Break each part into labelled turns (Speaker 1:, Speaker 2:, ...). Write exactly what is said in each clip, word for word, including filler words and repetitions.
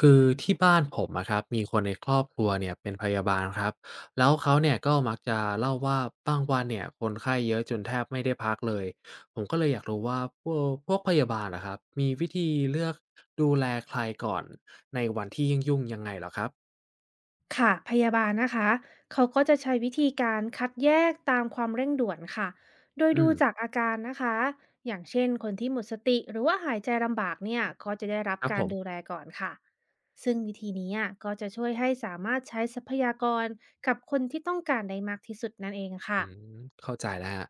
Speaker 1: คือที่บ้านผมอะครับมีคนในครอบครัวเนี่ยเป็นพยาบาลครับแล้วเขาเนี่ยก็มักจะเล่าว่าบางวันเนี่ยคนไข้เยอะจนแทบไม่ได้พักเลยผมก็เลยอยากรู้ว่าพวกพวกพยาบาลอะครับมีวิธีเลือกดูแลใครก่อนในวันที่ยุ่งๆยังไงเหรอครับ
Speaker 2: ค่ะพยาบาลนะคะเขาก็จะใช้วิธีการคัดแยกตามความเร่งด่วนค่ะโดย
Speaker 1: อื
Speaker 2: ดู
Speaker 1: ม
Speaker 2: จากอาการนะคะอย่างเช่นคนที่หมดสติหรือว่าหายใจลำบากเนี่ยก็จะได้รับ
Speaker 1: ครับผ
Speaker 2: การดู
Speaker 1: ม
Speaker 2: แลก่อนค่ะซึ่งวิธีนี้อ่ะก็จะช่วยให้สามารถใช้ทรัพยากรกับคนที่ต้องการได้มากที่สุดนั่นเองค่ะ
Speaker 1: อืมเข้าใจแล้วครับ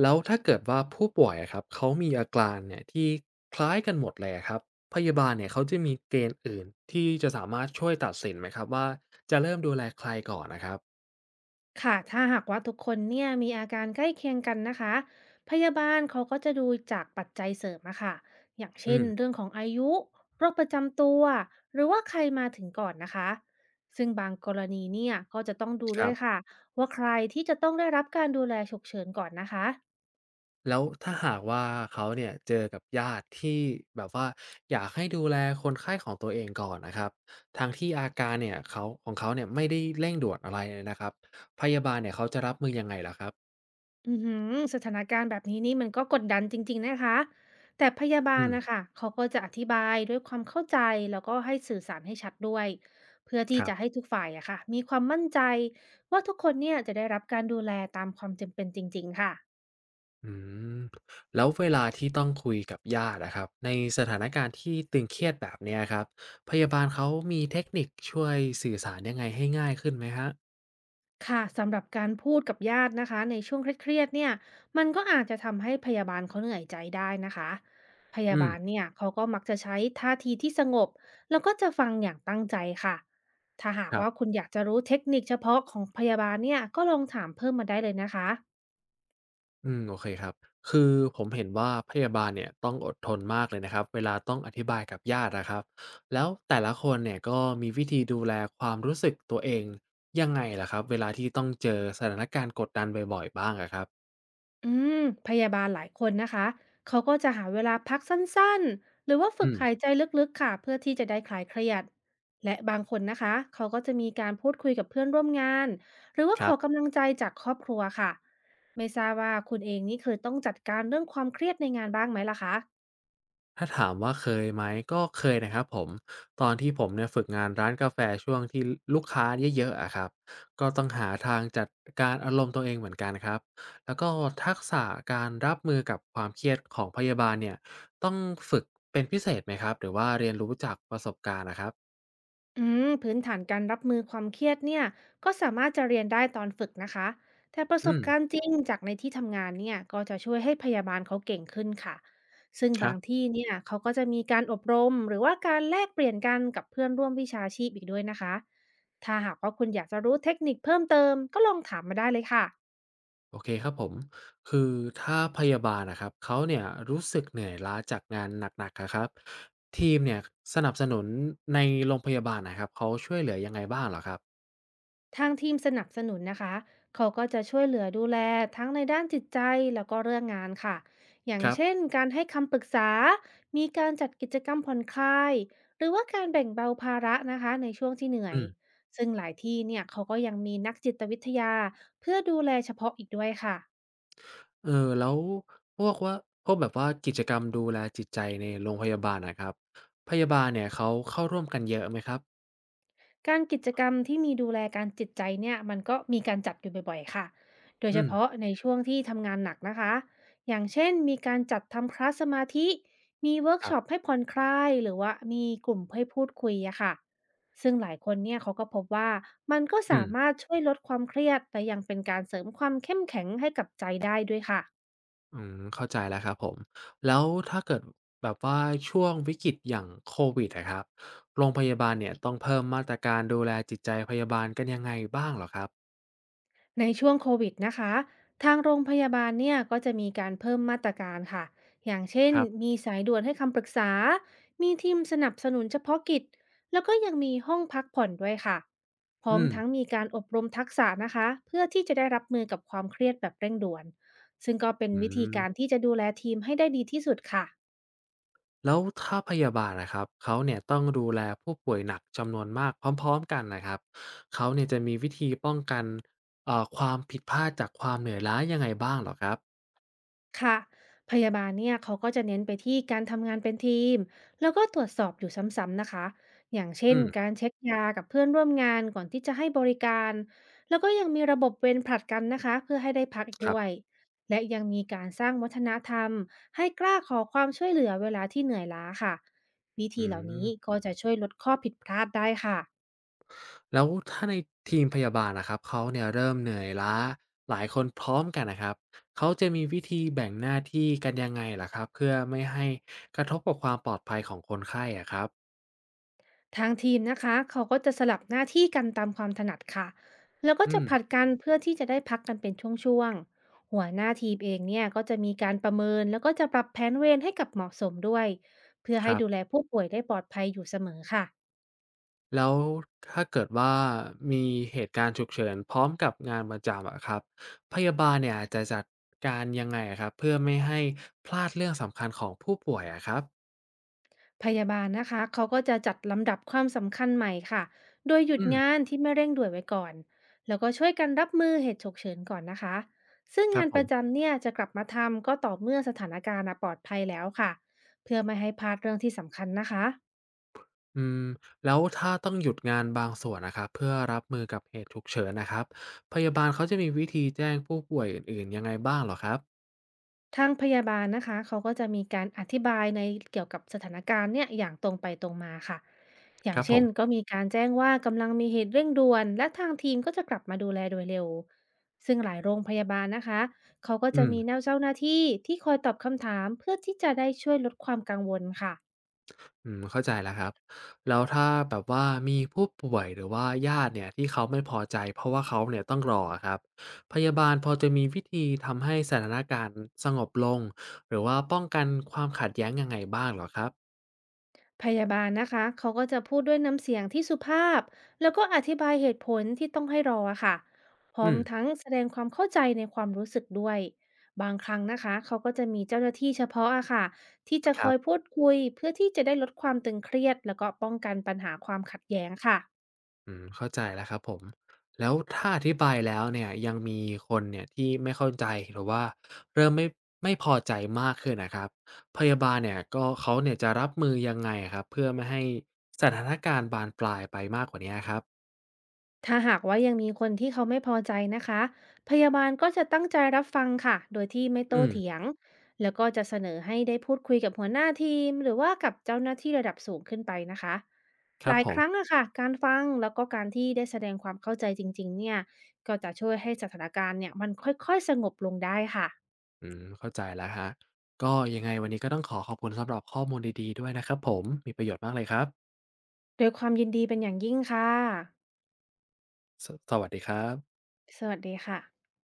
Speaker 1: แล้วถ้าเกิดว่าผู้ป่วยอะครับเขามีอาการเนี่ยที่คล้ายกันหมดเลยอะครับพยาบาลเนี่ยเขาจะมีเกณฑ์อื่นที่จะสามารถช่วยตัดสินไหมครับว่าจะเริ่มดูแลใครก่อนนะครับ
Speaker 2: ค่ะถ้าหากว่าทุกคนเนี่ยมีอาการใกล้เคียงกันนะคะพยาบาลเขาก็จะดูจากปัจจัยเสริมอะค่ะอย่าง
Speaker 1: อื
Speaker 2: เช่น
Speaker 1: ม
Speaker 2: เรื่องของอายุโรคประจำตัวหรือว่าใครมาถึงก่อนนะคะซึ่งบางกรณีเนี่ยก็จะต้องดู
Speaker 1: ค
Speaker 2: ด้
Speaker 1: รั
Speaker 2: วย
Speaker 1: บ
Speaker 2: ค่ะว่าใครที่จะต้องได้รับการดูแลฉุกเฉินก่อนนะคะ
Speaker 1: แล้วถ้าหากว่าเขาเนี่ยเจอกับญาติที่แบบว่าอยากให้ดูแลคนไข้ของตัวเองก่อนนะครับทางที่อาการเนี่ยเขาของเขาเนี่ยไม่ได้เร่งด่วนอะไรเลยนะครับพยาบาลเนี่ยเขาจะรับมือยังไงล่ะอครับ
Speaker 2: อือหือสถานการณ์แบบนี้นี่มันก็กดดันจริงๆนะคะ แต่พยาบา
Speaker 1: อื
Speaker 2: ล
Speaker 1: ม
Speaker 2: นะคะเขาก็จะอธิบายด้วยความเข้าใจแล้วก็ให้สื่อสารให้ชัดด้วยเพื่อ
Speaker 1: ค
Speaker 2: ที่
Speaker 1: รับ
Speaker 2: จะให้ทุกฝ่ายอะค่ะมีความมั่นใจว่าทุกคนเนี่ยจะได้รับการดูแลตามความจำเป็นจริงๆค่ะ
Speaker 1: อืมแล้วเวลาที่ต้องคุยกับญาตินะครับในสถานการณ์ที่ตึงเครียดแบบเนี้ยครับพยาบาลเขามีเทคนิคช่วยสื่อสารยังไงให้ง่ายขึ้นไหมครับ
Speaker 2: ค่ะสำหรับการพูดกับญาตินะคะในช่วงเครียดๆเนี่ยมันก็อาจจะทำให้พยาบาลเขาเหนื่อยใจได้นะคะพยา
Speaker 1: อืม
Speaker 2: บาลเนี่ยเขาก็มักจะใช้ท่าทีที่สงบแล้วก็จะฟังอย่างตั้งใจค่ะถ้าหาก
Speaker 1: ครั
Speaker 2: ว่า
Speaker 1: บ
Speaker 2: คุณอยากจะรู้เทคนิคเฉพาะของพยาบาลเนี่ยก็ลองถามเพิ่มมาได้เลยนะคะ
Speaker 1: อืมโอเคครับคือผมเห็นว่าพยาบาลเนี่ยต้องอดทนมากเลยนะครับเวลาต้องอธิบายกับญาตินะครับแล้วแต่ละคนเนี่ยก็มีวิธีดูแลความรู้สึกตัวเองยังไงล่ะครับเวลาที่ต้องเจอสถานการณ์กดดันบ่อยๆบ้างอะครับ
Speaker 2: อืมพยาบาลหลายคนนะคะเขาก็จะหาเวลาพักสั้นๆหรือว่าฝึ
Speaker 1: อื
Speaker 2: ก
Speaker 1: ม
Speaker 2: หายใจลึกๆค่ะเพื่อที่จะได้คลายเครียดและบางคนนะคะเขาก็จะมีการพูดคุยกับเพื่อนร่วมงานหรือว่า
Speaker 1: ค
Speaker 2: ข
Speaker 1: รั
Speaker 2: อ
Speaker 1: บ
Speaker 2: กำลังใจจากครอบครัวค่ะไม่ทราบว่าคุณเองนี่เคยต้องจัดการเรื่องความเครียดในงานบ้างไหมล่ะคะ
Speaker 1: ถ้าถามว่าเคยไหมก็เคยนะครับผมตอนที่ผมเนี่ยฝึกงานร้านกาแฟช่วงที่ลูกค้าเยอะๆอะครับก็ต้องหาทางจัดการอารมณ์ตัวเองเหมือนกันครับแล้วก็ทักษะการรับมือกับความเครียดของพยาบาลเนี่ยต้องฝึกเป็นพิเศษไหมครับหรือว่าเรียนรู้จากประสบการณ์นะครับ
Speaker 2: อืมพื้นฐานการรับมือความเครียดเนี่ยก็สามารถจะเรียนได้ตอนฝึกนะคะแต่ประส
Speaker 1: อื
Speaker 2: บ
Speaker 1: ม
Speaker 2: การณ์จริงจากในที่ทำงานเนี่ยก็จะช่วยให้พยาบาลเขาเก่งขึ้นค่ะซึ่ง
Speaker 1: ครั
Speaker 2: บาง
Speaker 1: บ
Speaker 2: ที่เนี่ยเขาก็จะมีการอบรมหรือว่าการแลกเปลี่ยนกันกับเพื่อนร่วมวิชาชีพอีกด้วยนะคะถ้าหากว่าคุณอยากจะรู้เทคนิคเพิ่มเติมก็ลองถามมาได้เลยค่ะ
Speaker 1: โอเคครับผม คือถ้าพยาบาลนะครับเขาเนี่ยรู้สึกเหนื่อยล้าจากงานหนักๆอะครับทีมเนี่ยสนับสนุนในโรงพยาบาลนะครับเขาช่วยเหลือยังไงบ้างเหรอครับ
Speaker 2: ทางทีมสนับสนุนนะคะเขาก็จะช่วยเหลือดูแลทั้งในด้านจิตใจแล้วก็เรื่องงานค่ะอย่า
Speaker 1: ค
Speaker 2: ง
Speaker 1: รับ
Speaker 2: เช่นการให้คำปรึกษามีการจัดกิจกรรมผ่อนคลายหรือว่าการแบ่งเบาภาระนะคะในช่วงที่เหนื่อย
Speaker 1: อืม
Speaker 2: ซึ่งหลายที่เนี่ยเขาก็ยังมีนักจิตวิทยาเพื่อดูแลเฉพาะอีกด้วยค่ะ
Speaker 1: เออแล้วพวกว่าพวกแบบว่ากิจกรรมดูแลจิตใจในโรงพยาบาลนะครับพยาบาลเนี่ยเขาเข้าร่วมกันเยอะไหมครับ
Speaker 2: การกิจกรรมที่มีดูแลการจิตใจเนี่ยมันก็มีการจัดอยู่บ่อยๆค่ะโดย
Speaker 1: อื
Speaker 2: เฉ
Speaker 1: ม
Speaker 2: พาะในช่วงที่ทำงานหนักนะคะ อย่างเช่นมีการจัดทำคลาสสมาธิมีเวิร์ก
Speaker 1: ครับ
Speaker 2: ช็อปให้ผ่อนคลายหรือว่ามีกลุ่มให้พูดคุยอะค่ะซึ่งหลายคนเนี่ยเขาก็พบว่ามันก็
Speaker 1: อื
Speaker 2: สา
Speaker 1: ม
Speaker 2: มารถช่วยลดความเครียดแต่ยังเป็นการเสริมความเข้มแข็งให้กับใจได้ด้วยค่ะ
Speaker 1: อืมเข้าใจแล้วครับผมแล้วถ้าเกิดแบบว่าช่วงวิกฤตอย่างโควิดนะครับโรงพยาบาลเนี่ยต้องเพิ่มมาตรการดูแลจิตใจพยาบาลกันยังไงบ้างเหรอครับ
Speaker 2: ในช่วงโควิดนะคะทางโรงพยาบาลเนี่ยก็จะมีการเพิ่มมาตรการค่ะอย่างเช่น
Speaker 1: ครับ
Speaker 2: มีสายด่วนให้คำปรึกษามีทีมสนับสนุนเฉพาะกิจแล้วก็ยังมีห้องพักผ่อนด้วยค่ะพร้อ
Speaker 1: อื
Speaker 2: ม
Speaker 1: ม
Speaker 2: ทั้งมีการอบรมทักษะนะคะเพื่อที่จะได้รับมือกับความเครียดแบบเร่งด่วนซึ่งก็เป็น
Speaker 1: อื
Speaker 2: วิธี
Speaker 1: ม
Speaker 2: การที่จะดูแลทีมให้ได้ดีที่สุดค่ะ
Speaker 1: แล้วถ้าพยาบาลนะครับเขาเนี่ยต้องดูแลผู้ป่วยหนักจำนวนมากพร้อมๆกันนะครับเขาเนี่ยจะมีวิธีป้องกันเอ่อความผิดพลาดจากความเหนื่อยล้ายังไงบ้างเหรอครับ
Speaker 2: ค่ะพยาบาลเนี่ยเขาก็จะเน้นไปที่การทำงานเป็นทีมแล้วก็ตรวจสอบอยู่ซ้ำๆนะคะอย่างเช่น
Speaker 1: อืม
Speaker 2: การเช็คยากับเพื่อนร่วมงานก่อนที่จะให้บริการแล้วก็ยังมีระบบเวรผลัดกันนะคะเพื่อให้ได้พักอีก
Speaker 1: ครั
Speaker 2: ด้วย
Speaker 1: บ
Speaker 2: และยังมีการสร้างวัฒนธรรมให้กล้าขอความช่วยเหลือเวลาที่เหนื่อยล้าค่ะวิ
Speaker 1: อื
Speaker 2: ธีเหล่านี้
Speaker 1: ม
Speaker 2: ก็จะช่วยลดข้อผิดพลาดได้ค่ะ
Speaker 1: แล้วถ้าในทีมพยาบาลนะครับเขาเนี่ยเริ่มเหนื่อยล้าหลายคนพร้อมกันนะครับเขาจะมีวิธีแบ่งหน้าที่กันยังไงล่ะครับเพื่อไม่ให้กระทบกับความปลอดภัยของคนไข้อะครับ
Speaker 2: ทางทีมนะคะเขาก็จะสลับหน้าที่กันตามความถนัดค่ะแล้วก็
Speaker 1: อื
Speaker 2: จะ
Speaker 1: ม
Speaker 2: ผลัดกันเพื่อที่จะได้พักกันเป็นช่วงๆหัวหน้าทีมเองเนี่ยก็จะมีการประเมินแล้วก็จะปรับแผนเวรให้กับเหมาะสมด้วยเพื่อ
Speaker 1: ค
Speaker 2: ให้
Speaker 1: รับ
Speaker 2: ดูแลผู้ป่วยได้ปลอดภัยอยู่เสมอค่ะ
Speaker 1: แล้วถ้าเกิดว่ามีเหตุการณ์ฉุกเฉินพร้อมกับงานประจำอะครับพยาบาลเนี่ยจะจัดการยังไงอะครับเพื่อไม่ให้พลาดเรื่องสำคัญของผู้ป่วยอะครับ
Speaker 2: พยาบาลนะคะ เขาก็จะจัดลำดับความสำคัญใหม่ค่ะ โดยหยุด
Speaker 1: อืม
Speaker 2: งานที่ไม่เร่งด่วนไว้ก่อน แล้วก็ช่วยกันรับมือเหตุฉุกเฉินก่อนนะคะ ซึ่ง
Speaker 1: ครับ
Speaker 2: งาน
Speaker 1: ผ
Speaker 2: ประ
Speaker 1: ม
Speaker 2: จำเนี่ยจะกลับมาทำก็ต่อเมื่อสถานการณ์น่ะปลอดภัยแล้วค่ะ เพื่อไม่ให้พลาดเรื่องที่สำคัญนะคะ
Speaker 1: อืมแล้วถ้าต้องหยุดงานบางส่วนนะครับเพื่อรับมือกับเหตุฉุกเฉินนะครับพยาบาลเขาจะมีวิธีแจ้งผู้ป่วยอื่นๆยังไงบ้างเหรอครับ
Speaker 2: ทางพยาบาลนะคะเขาก็จะมีการอธิบายในเกี่ยวกับสถานการณ์เนี่ยอย่างตรงไปตรงมาค่ะอ
Speaker 1: ค
Speaker 2: ย่าง
Speaker 1: รับผ
Speaker 2: เช่น
Speaker 1: ม
Speaker 2: ก็มีการแจ้งว่ากำลังมีเหตุเร่งด่วนและทางทีมก็จะกลับมาดูแลโดยเร็วซึ่งหลายโรงพยาบาลนะคะเขาก็
Speaker 1: อื
Speaker 2: จะ
Speaker 1: ม
Speaker 2: มีเจ้าหน้าที่ที่คอยตอบคำถามเพื่อที่จะได้ช่วยลดความกังวลค่ะ
Speaker 1: อืมเข้าใจแล้วครับแล้วถ้าแบบว่ามีผู้ป่วยหรือว่าญาติเนี่ยที่เขาไม่พอใจเพราะว่าเขาเนี่ยต้องรออะครับพยาบาลพอจะมีวิธีทำให้สถานการณ์สงบลงหรือว่าป้องกันความขัดแย้งยังไงบ้างเหรอครับ
Speaker 2: พยาบาลนะคะเขาก็จะพูดด้วยน้ำเสียงที่สุภาพแล้วก็อธิบายเหตุผลที่ต้องให้รออะค่ะพร้อ
Speaker 1: อื
Speaker 2: ม
Speaker 1: ม
Speaker 2: ทั้งแสดงความเข้าใจในความรู้สึกด้วยบางครั้งนะคะเขาก็จะมีเจ้าหน้าที่เฉพาะอะค่ะที่จะ
Speaker 1: ค
Speaker 2: ค
Speaker 1: รั
Speaker 2: อย
Speaker 1: บ
Speaker 2: พูดคุยเพื่อที่จะได้ลดความตึงเครียดแล้วก็ป้องกันปัญหาความขัดแย้งค่ะ
Speaker 1: อืมเข้าใจแล้วครับผมแล้วถ้าอธิบายแล้วเนี่ยยังมีคนเนี่ยที่ไม่เข้าใจหรือว่าเริ่มไม่ไม่พอใจมากขึ้นนะครับพยาบาลเนี่ยก็เขาเนี่ยจะรับมือยังไงอะครับเพื่อไม่ให้สถานการณ์บานปลายไปมากกว่านี้ครับ
Speaker 2: ถ้าหากว่ายังมีคนที่เขาไม่พอใจนะคะพยาบาลก็จะตั้งใจรับฟังค่ะ โดยที่ไม่
Speaker 1: อื
Speaker 2: โต้
Speaker 1: ม
Speaker 2: เถียง แล้วก็จะเสนอให้ได้พูดคุยกับหัวหน้าทีมหรือว่ากับเจ้าหน้าที่ระดับสูงขึ้นไปนะคะ
Speaker 1: ค
Speaker 2: ห
Speaker 1: รับ
Speaker 2: ลาย
Speaker 1: ผ
Speaker 2: ค
Speaker 1: ม
Speaker 2: รั้งอะค่ะ การฟังแล้วก็การที่ได้แสดงความเข้าใจจริงๆเนี่ย ก็จะช่วยให้สถานการณ์เนี่ยมันค่อยๆสงบลงได้ค่ะ
Speaker 1: อืมเข้าใจแล้วฮะบก็ยังไงวันนี้ก็ต้องขอขอบคุณสำหรับข้อมูลดีๆด้วยนะครับผมมีประโยชน์มากเลยครับ
Speaker 2: โดวยความยินดีเป็นอย่างยิ่งค่ะ
Speaker 1: สสวัสดีครับ
Speaker 2: สวัสดีค่ะ